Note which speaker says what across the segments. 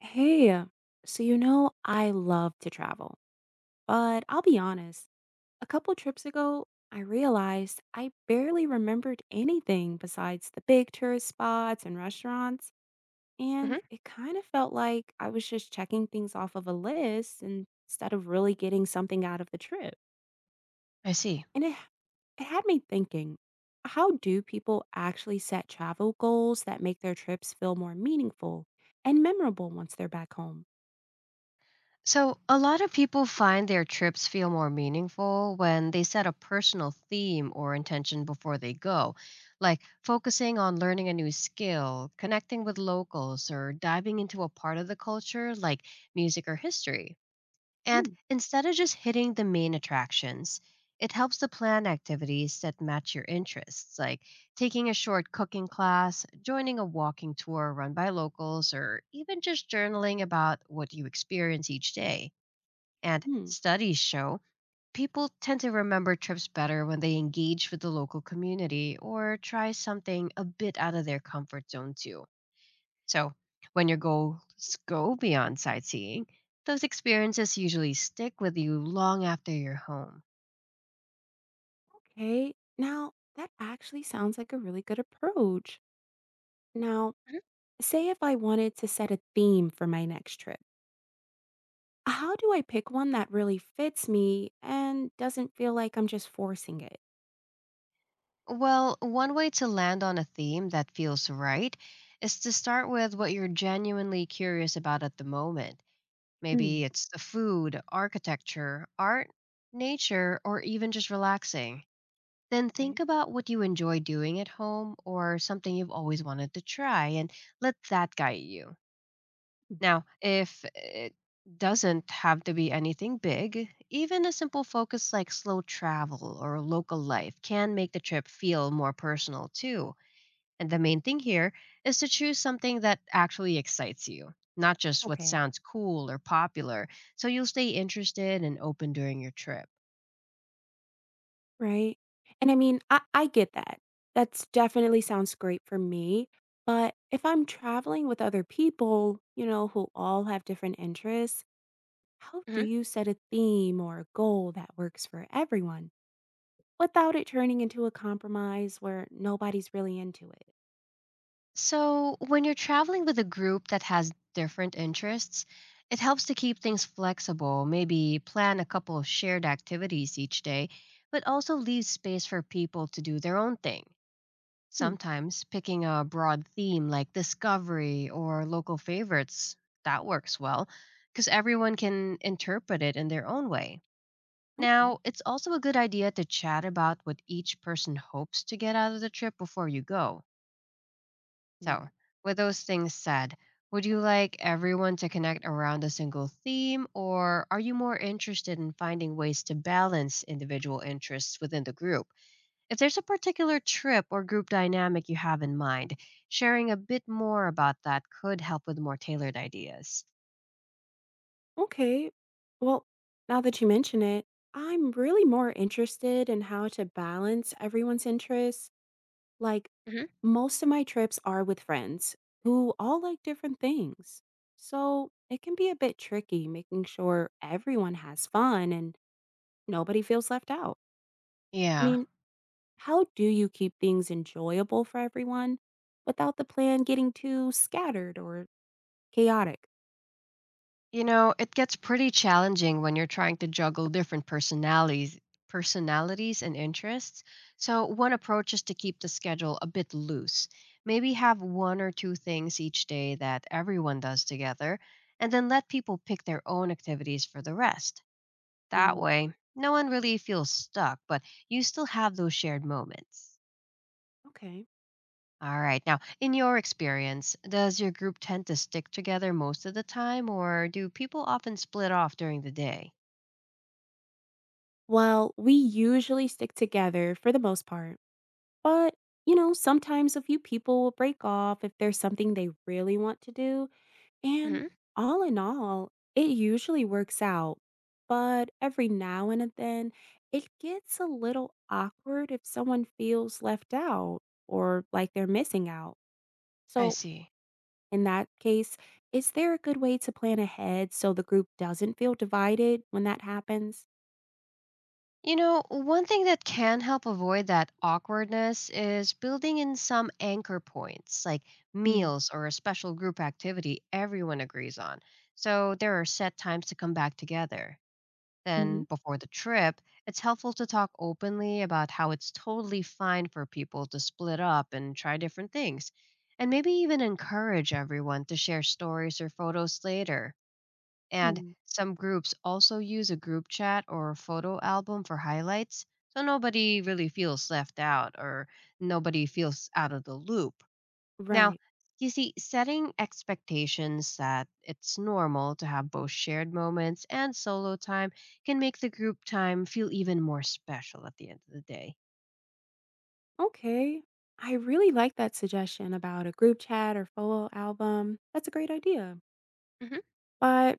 Speaker 1: Hey, so you know, I love to travel, but I'll be honest, a couple trips ago, I realized I barely remembered anything besides the big tourist spots and restaurants, and
Speaker 2: Hmm.
Speaker 1: it kind of felt like I was just checking things off of a list instead of really getting something out of the trip.
Speaker 2: I see.
Speaker 1: And it, it had me thinking, how do people actually set travel goals that make their trips feel more meaningful and memorable once they're back home?
Speaker 2: So, a lot of people find their trips feel more meaningful when they set a personal theme or intention before they go, like focusing on learning a new skill, connecting with locals, or diving into a part of the culture like music or history. And
Speaker 1: Mm,
Speaker 2: instead of just hitting the main attractions, it helps to plan activities that match your interests, like taking a short cooking class, joining a walking tour run by locals, or even just journaling about what you experience each day. And
Speaker 1: mm.
Speaker 2: studies show people tend to remember trips better when they engage with the local community or try something a bit out of their comfort zone, too. So, when your goals go beyond sightseeing, those experiences usually stick with you long after you're home.
Speaker 1: Okay, now that actually sounds like a really good approach. Now,
Speaker 2: Mhm.
Speaker 1: say if I wanted to set a theme for my next trip, how do I pick one that really fits me and doesn't feel like I'm just forcing it?
Speaker 2: Well, one way to land on a theme that feels right is to start with what you're genuinely curious about at the moment.
Speaker 1: Mm,
Speaker 2: Maybe it's the food, architecture, art, nature, or even just relaxing. Then
Speaker 1: okay.
Speaker 2: think about what you enjoy doing at home or something you've always wanted to try and let that guide you.
Speaker 1: Mm,
Speaker 2: Now, if it doesn't have to be anything big, even a simple focus like slow travel or local life can make the trip feel more personal too. And the main thing here is to choose something that actually excites you, not just what
Speaker 1: okay.
Speaker 2: sounds cool or popular, so you'll stay interested and open during your trip.
Speaker 1: Right. And I mean, I get that. That's definitely sounds great for me. But if I'm traveling with other people, you know, who all have different interests, how do you set a theme or a goal that works for everyone? Without it turning into a compromise where nobody's really into it.
Speaker 2: So, when you're traveling with a group that has different interests, it helps to keep things flexible, maybe plan a couple of shared activities each day, but also leave space for people to do their own thing.
Speaker 1: Hmm,
Speaker 2: Sometimes picking a broad theme like discovery or local favorites, that works well because everyone can interpret it in their own way.
Speaker 1: okay.
Speaker 2: Now, it's also a good idea to chat about what each person hopes to get out of the trip before you go. So,
Speaker 1: Mm,
Speaker 2: with those things said, would you like everyone to connect around a single theme, or are you more interested in finding ways to balance individual interests within the group? If there's a particular trip or group dynamic you have in mind, sharing a bit more about that could help with more tailored ideas.
Speaker 1: okay. Well, now that you mention it, I'm really more interested in how to balance everyone's interests. Like,
Speaker 2: Hmm.
Speaker 1: most of my trips are with friends who all like different things. So it can be a bit tricky making sure everyone has fun and nobody feels left out. I
Speaker 2: Yeah.
Speaker 1: mean, how do you keep things enjoyable for everyone without the plan getting too scattered or chaotic?
Speaker 2: You know, it gets pretty challenging when you're trying to juggle different personalities, personalities and interests. So, one approach is to keep the schedule a bit loose. Maybe have one or two things each day that everyone does together, and then let people pick their own activities for the rest. That
Speaker 1: Mm,
Speaker 2: way, no one really feels stuck, but you still have those shared moments.
Speaker 1: okay.
Speaker 2: All right. Now, in your experience, does your group tend to stick together most of the time, or do people often split off during the day?
Speaker 1: Well, we usually stick together for the most part, but you know, sometimes a few people will break off if there's something they really want to do. And
Speaker 2: Hmm.
Speaker 1: all in all, it usually works out. But every now and then, it gets a little awkward if someone feels left out or like they're missing out.
Speaker 2: I
Speaker 1: So,
Speaker 2: see.
Speaker 1: in that case, is there a good way to plan ahead so the group doesn't feel divided when that happens?
Speaker 2: You know, one thing that can help avoid that awkwardness is building in some anchor points, like
Speaker 1: Mm,
Speaker 2: meals or a special group activity everyone agrees on. So there are set times to come back together. Then,
Speaker 1: mhm,
Speaker 2: before the trip, it's helpful to talk openly about how it's totally fine for people to split up and try different things. And maybe even encourage everyone to share stories or photos later. And
Speaker 1: mm.
Speaker 2: some groups also use a group chat or a photo album for highlights, so nobody really feels left out or nobody feels out of the loop. Now,
Speaker 1: Right.
Speaker 2: you see, setting expectations that it's normal to have both shared moments and solo time can make the group time feel even more special at the end of the day.
Speaker 1: Okay. I really like that suggestion about a group chat or photo album. That's a great idea.
Speaker 2: Hmm.
Speaker 1: But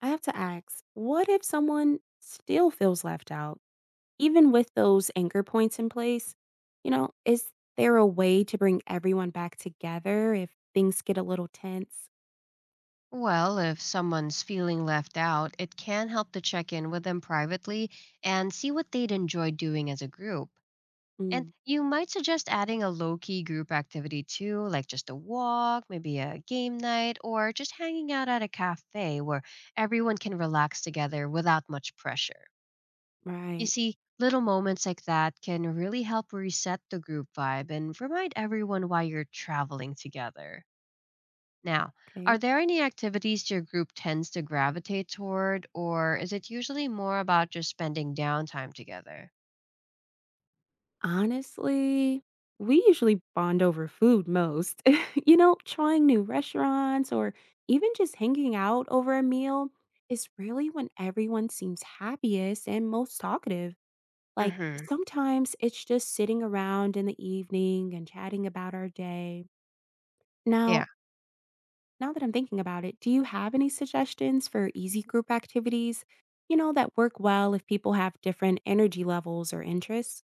Speaker 1: I have to ask what if someone still feels left out, even with those anchor points in place? You know, is there a way to bring everyone back together if things get a little tense?
Speaker 2: Well, if someone's feeling left out, it can help to check in with them privately and see what they'd enjoy doing as a group. And
Speaker 1: Mm,
Speaker 2: you might suggest adding a low key group activity too, like just a walk, maybe a game night, or just hanging out at a cafe where everyone can relax together without much pressure. You
Speaker 1: right.
Speaker 2: see, little moments like that can really help reset the group vibe and remind everyone why you're traveling together. Now, are
Speaker 1: Okay.
Speaker 2: there any activities your group tends to gravitate toward, or is it usually more about just spending downtime together?
Speaker 1: Honestly, we usually bond over food most. you know, trying new restaurants or even just hanging out over a meal is really when everyone seems happiest and most talkative.
Speaker 2: Mm
Speaker 1: Like
Speaker 2: hmm.
Speaker 1: sometimes it's just sitting around in the evening and chatting about our day.
Speaker 2: Yeah.
Speaker 1: Now, now that I'm thinking about it, do you have any suggestions for easy group activities, you know, that work well if people have different energy levels or interests?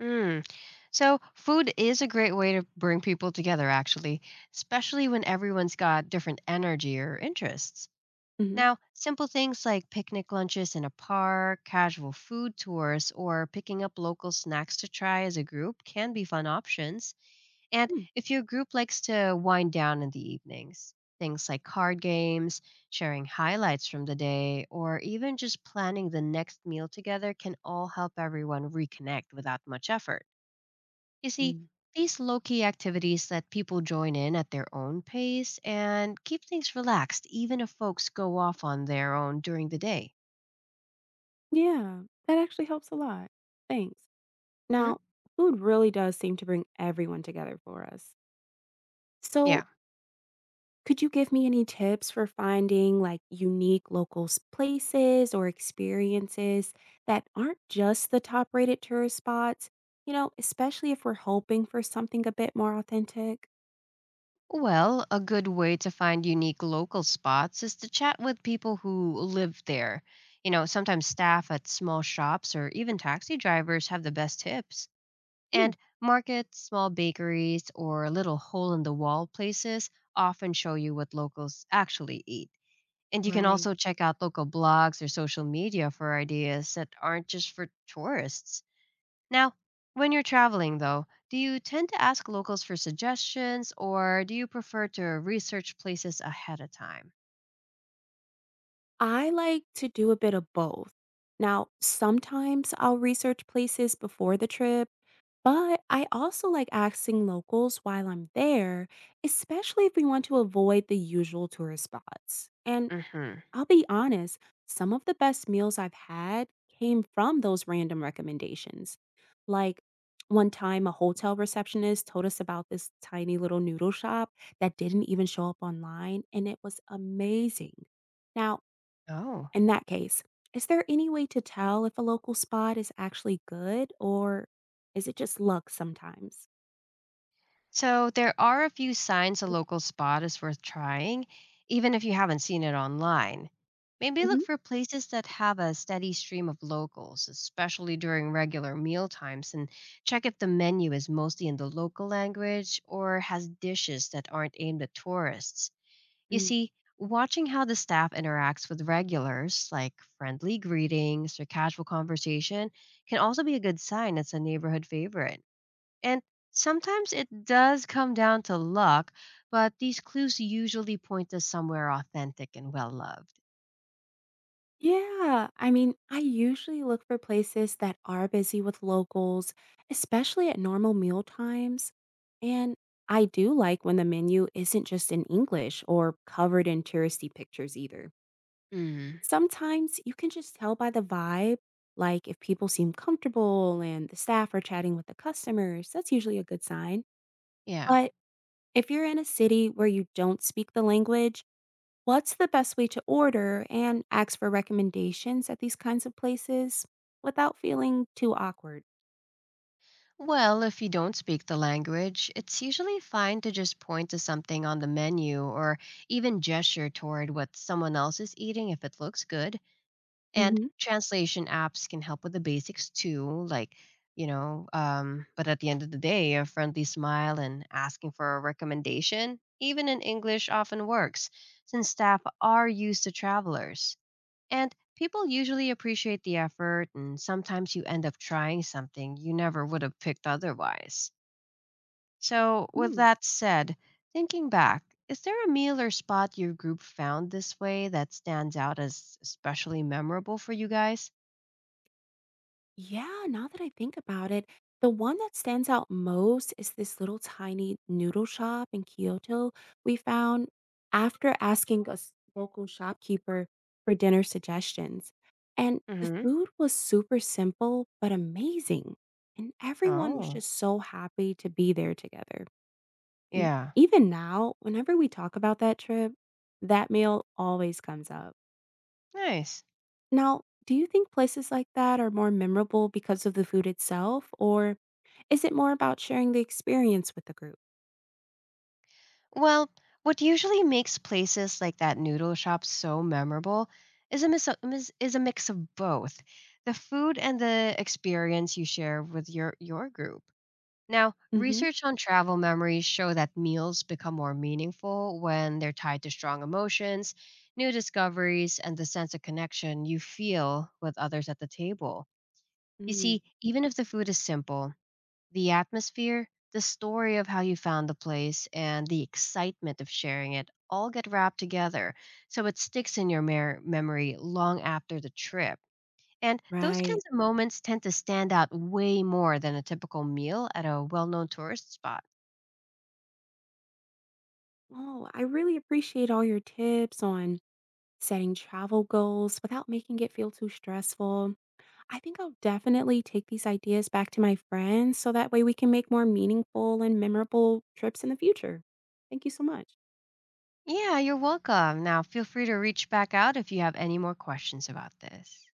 Speaker 2: Mm. So, food is a great way to bring people together, actually, especially when everyone's got different energy or interests.
Speaker 1: Mhm.
Speaker 2: Now, simple things like picnic lunches in a park, casual food tours, or picking up local snacks to try as a group can be fun options. And if your group likes to wind down in the evenings, things like card games, sharing highlights from the day, or even just planning the next meal together can all help everyone reconnect without much effort. You see,
Speaker 1: Hmm.
Speaker 2: these low key activities let people join in at their own pace and keep things relaxed, even if folks go off on their own during the day.
Speaker 1: Yeah, that actually helps a lot. Thanks.
Speaker 2: Hmm?
Speaker 1: Now, food really does seem to bring everyone together for us.
Speaker 2: Yeah.
Speaker 1: So, could you give me any tips for finding like unique local places or experiences that aren't just the top rated tourist spots? You know, especially if we're hoping for something a bit more authentic?
Speaker 2: Well, a good way to find unique local spots is to chat with people who live there. You know, sometimes staff at small shops or even taxi drivers have the best tips.
Speaker 1: Mm,
Speaker 2: And markets, small bakeries, or little hole in the wall places often show you what locals actually eat. And you can
Speaker 1: right.
Speaker 2: also check out local blogs or social media for ideas that aren't just for tourists. Now, when you're traveling, though, do you tend to ask locals for suggestions or do you prefer to research places ahead of time?
Speaker 1: I like to do a bit of both. Now, sometimes I'll research places before the trip but I also like asking locals while I'm there, especially if we want to avoid the usual tourist spots. And
Speaker 2: Hmm.
Speaker 1: I'll be honest, some of the best meals I've had came from those random recommendations. Like one time, a hotel receptionist told us about this tiny little noodle shop that didn't even show up online, and it was amazing. Now,
Speaker 2: Oh.
Speaker 1: in that case, is there any way to tell if a local spot is actually good or is it just luck sometimes?
Speaker 2: So there are a few signs a local spot is worth trying, even if you haven't seen it online. Maybe look
Speaker 1: Hmm.
Speaker 2: for places that have a steady stream of locals, especially during regular meal times, and check if the menu is mostly in the local language or has dishes that aren't aimed at tourists. You
Speaker 1: Mm.
Speaker 2: see, watching how the staff interacts with regulars, like friendly greetings or casual conversation, can also be a good sign it's a neighborhood favorite. And sometimes it does come down to luck, but these clues usually point us somewhere authentic and well loved.
Speaker 1: Yeah, I mean, I usually look for places that are busy with locals, especially at normal meal times. And I do like when the menu isn't just in English or covered in touristy pictures either.
Speaker 2: Mm.
Speaker 1: Sometimes you can just tell by the vibe, like if people seem comfortable and the staff are chatting with the customers, that's usually a good sign.
Speaker 2: Yeah.
Speaker 1: But if you're in a city where you don't speak the language, what's the best way to order and ask for recommendations at these kinds of places without feeling too awkward?
Speaker 2: Well, if you don't speak the language, it's usually fine to just point to something on the menu or even gesture toward what someone else is eating if it looks good. And
Speaker 1: Mm-hmm.
Speaker 2: translation apps can help with the basics too, like, but at the end of the day, a friendly smile and asking for a recommendation, even in English, often works since staff are used to travelers. And people usually appreciate the effort, and sometimes you end up trying something you never would have picked otherwise. So, with
Speaker 1: Hmm.
Speaker 2: that said, thinking back, is there a meal or spot your group found this way that stands out as especially memorable for you guys?
Speaker 1: Yeah, now that I think about it, the one that stands out most is this little tiny noodle shop in Kyoto we found after asking a local shopkeeper for dinner suggestions. And the
Speaker 2: Mhm.
Speaker 1: food was super simple but amazing. And everyone was
Speaker 2: Oh,
Speaker 1: just so happy to be there together. And
Speaker 2: yeah.
Speaker 1: even now, whenever we talk about that trip, that meal always comes up.
Speaker 2: Nice.
Speaker 1: Now, do you think places like that are more memorable because of the food itself, or is it more about sharing the experience with the group?
Speaker 2: Well, what usually makes places like that noodle shop so memorable is a mix of both, the food and the experience you share with your group. Now,
Speaker 1: Mm-hmm.
Speaker 2: research on travel memories show that meals become more meaningful when they're tied to strong emotions, new discoveries, and the sense of connection you feel with others at the table. You
Speaker 1: Mm,
Speaker 2: see, even if the food is simple, the atmosphere, the story of how you found the place, and the excitement of sharing it all get wrapped together so it sticks in your memory long after the trip. And those
Speaker 1: right.
Speaker 2: kinds of moments tend to stand out way more than a typical meal at a well known tourist spot.
Speaker 1: Oh, I really appreciate all your tips on setting travel goals without making it feel too stressful. I think I'll definitely take these ideas back to my friends so that way we can make more meaningful and memorable trips in the future. Thank you so much.
Speaker 2: Yeah, you're welcome. Now, feel free to reach back out if you have any more questions about this.